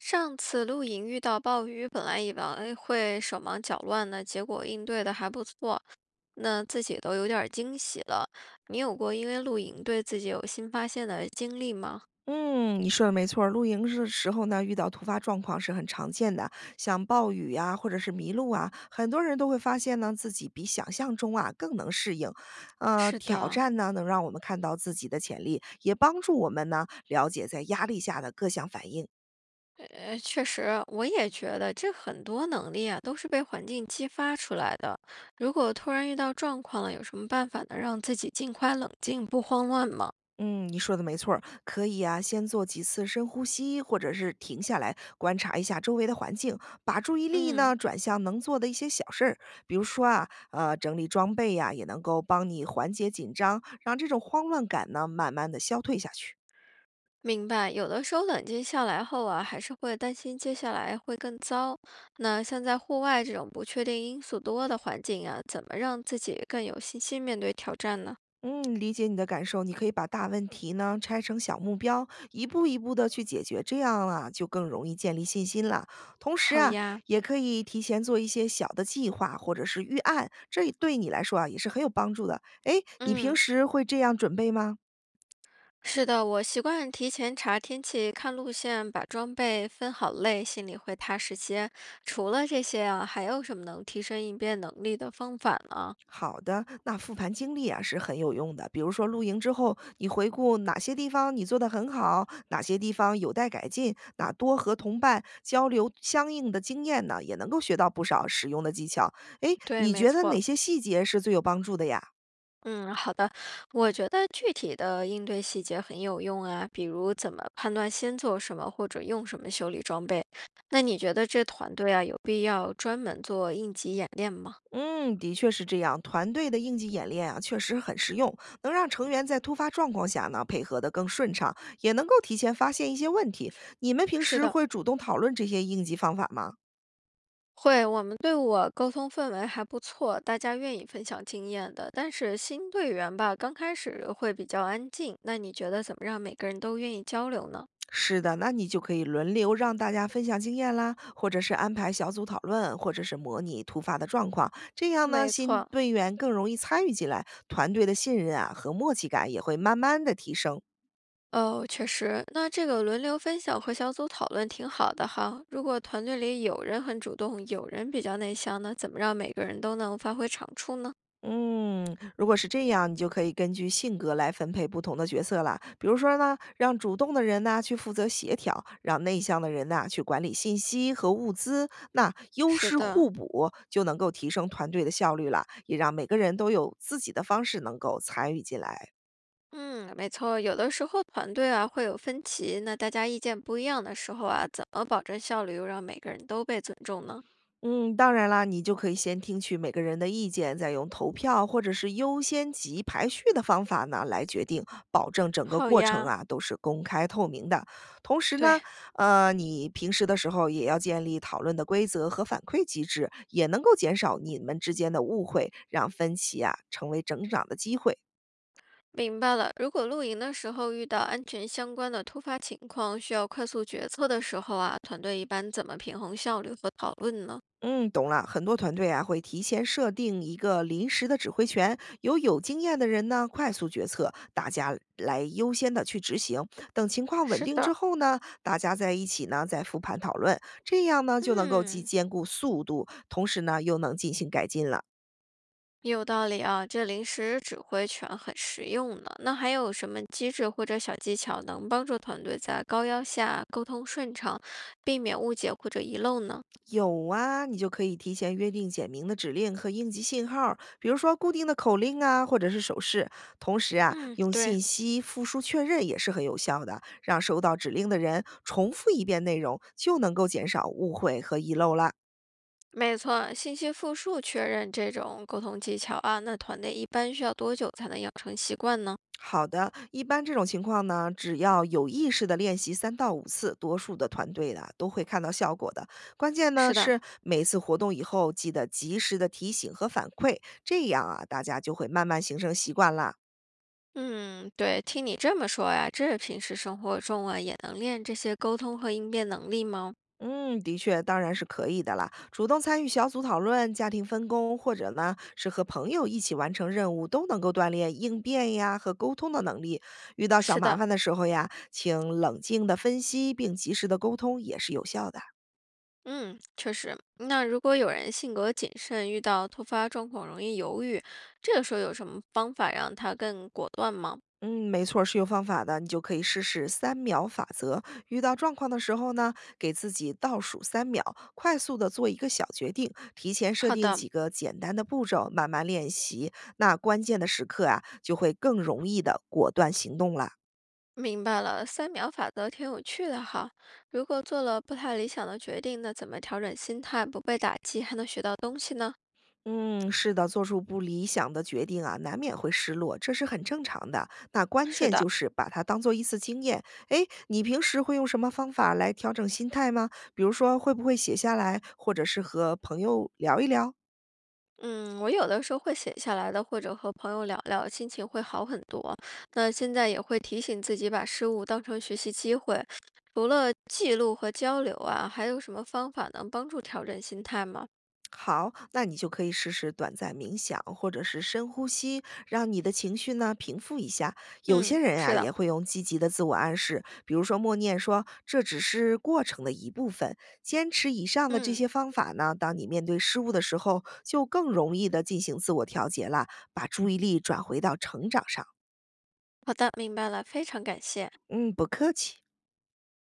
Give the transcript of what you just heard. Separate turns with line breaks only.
上次露营遇到暴雨，本来以为会手忙脚乱的，结果应对的还不错，那自己都有点儿惊喜了。你有过因为露营对自己有新发现的经历吗？
嗯，你说的没错儿露营是时候呢，遇到突发状况是很常见的，像暴雨啊，或者是迷路啊，很多人都会发现呢，自己比想象中啊更能适应。
是
挑
的，
战呢，能让我们看到自己的潜力，也帮助我们呢了解在压力下的各项反应。
确实，我也觉得这很多能力啊都是被环境激发出来的。如果突然遇到状况了，有什么办法能让自己尽快冷静，不慌乱吗？
嗯，你说的没错儿，可以啊，先做几次深呼吸，或者是停下来观察一下周围的环境，把注意力
嗯。
呢转向能做的一些小事儿，比如说啊，整理装备呀、也能够帮你缓解紧张，让这种慌乱感呢慢慢的消退下去。
明白，有的时候冷静下来后啊，还是会担心接下来会更糟。那像在户外这种不确定因素多的环境啊，怎么让自己更有信心面对挑战呢？
嗯，理解你的感受。你可以把大问题呢拆成小目标，一步一步的去解决，这样啊就更容易建立信心了。同时
好
啊，
呀，
也可以提前做一些小的计划或者是预案，这对你来说啊也是很有帮助的。诶，你平
嗯，
时会这样准备吗？
是的，我习惯提前查天气、看路线，把装备分好类，心里会踏实些。除了这些啊，还有什么能提升应变能力的方法呢？
好的，那复盘经历啊是很有用的。比如说露营之后，你回顾哪些地方你做得很好，哪些地方有待改进，那多和同伴交流相应的经验呢，也能够学到不少实用的技巧。诶，
对，
你
没
觉得哪
错。
些细节是最有帮助的呀？
嗯，好的。我觉得具体的应对细节很有用啊，比如怎么判断先做什么或者用什么修理装备。那你觉得这团队啊，有必要专门做应急演练吗？
嗯，的确是这样。团队的应急演练啊，确实很实用，能让成员在突发状况下呢配合得更顺畅，也能够提前发现一些问题。你们平
是
时
的，
会主动讨论这些应急方法吗？
会，我们队伍啊沟通氛围还不错，大家愿意分享经验的。但是新队员吧，刚开始会比较安静。那你觉得怎么让每个人都愿意交流呢？
是的，那你就可以轮流让大家分享经验啦，或者是安排小组讨论，或者是模拟突发的状况。这样呢，
没
新
错。
队员更容易参与进来，团队的信任啊和默契感也会慢慢的提升。
哦，确实，那这个轮流分享和小组讨论挺好的哈。如果团队里有人很主动，有人比较内向那怎么让每个人都能发挥长处呢？
嗯，如果是这样，你就可以根据性格来分配不同的角色了。比如说呢，让主动的人呢去负责协调，让内向的人呢去管理信息和物资，那优
是
势
的，
互补就能够提升团队的效率了，也让每个人都有自己的方式能够参与进来。
嗯，没错，有的时候团队啊会有分歧，那大家意见不一样的时候啊，怎么保证效率又让每个人都被尊重呢？
嗯，当然啦，你就可以先听取每个人的意见，再用投票或者是优先级排序的方法呢来决定，保证整个
好
过程
呀，
啊都是公开透明的。同时
对，
呢，你平时的时候也要建立讨论的规则和反馈机制，也能够减少你们之间的误会，让分歧啊成为成长的机会。
明白了。如果露营的时候遇到安全相关的突发情况，需要快速决策的时候啊，团队一般怎么平衡效率和讨论呢？
嗯，懂了。很多团队啊会提前设定一个临时的指挥权，由有经验的人呢快速决策，大家来优先的去执行。等情况稳
是
定之
的。
后呢，大家在一起呢再复盘讨论，这样呢就能够既
嗯，
兼顾速度，同时呢又能进行改进了。
有道理啊，这临时指挥权很实用呢。那还有什么机制或者小技巧能帮助团队在高压下沟通顺畅，避免误解或者遗漏呢？
有啊，你就可以提前约定简明的指令和应急信号儿比如说固定的口令啊，或者是手势。同时啊，
嗯，
用
对，
信息复述确认也是很有效的，让收到指令的人重复一遍内容，就能够减少误会和遗漏啦。
没错，信息复述确认这种沟通技巧啊，那团队一般需要多久才能养成习惯呢？
好的，一般这种情况呢，只要有意识的练习3到5次，多数的团队啦都会看到效果的。关键呢
是的，
是每次活动以后，记得及时的提醒和反馈，这样啊，大家就会慢慢形成习惯啦。
嗯，对，听你这么说呀，这平时生活中啊也能练这些沟通和应变能力吗？
嗯，的确，当然是可以的啦。主动参与小组讨论、家庭分工，或者呢是和朋友一起完成任务，都能够锻炼应变呀和沟通的能力。遇到小
是
麻
的。
烦的时候呀，请冷静的分析并及时的沟通也是有效的。
嗯，确实。那如果有人性格谨慎，遇到突发状况容易犹豫，这个时候有什么方法让他更果断吗？
嗯，没错儿是有方法的，你就可以试试三秒法则。遇到状况的时候呢，给自己倒数三秒，快速的做一个小决定，提前设
好
定
的，
几个简单的步骤，慢慢练习。那关键的时刻啊，就会更容易的果断行动了。
明白了。三秒法则挺有趣的哈。如果做了不太理想的决定，那怎么调整心态，不被打击，还能学到东西呢？
嗯，是的，做出不理想的决定啊，难免会失落，这是很正常的。那关
是
键
的。
就是把它当做一次经验。哎，你平时会用什么方法来调整心态吗？比如说，会不会写下来，或者是和朋友聊一聊？
嗯，我有的时候会写下来的，或者和朋友聊聊，心情会好很多。那现在也会提醒自己把失误当成学习机会。除了记录和交流啊，还有什么方法能帮助调整心态吗？
好，那你就可以试试短暂冥想或者是深呼吸，让你的情绪呢平复一下。有些
嗯，
人啊
是的，
也会用积极的自我暗示，比如说默念说这只是过程的一部分。坚持以上的这
嗯，
些方法呢，当你面对失误的时候，就更容易的进行自我调节了，把注意力转回到成长上。
好的，明白了，非常感谢。
嗯，不客气。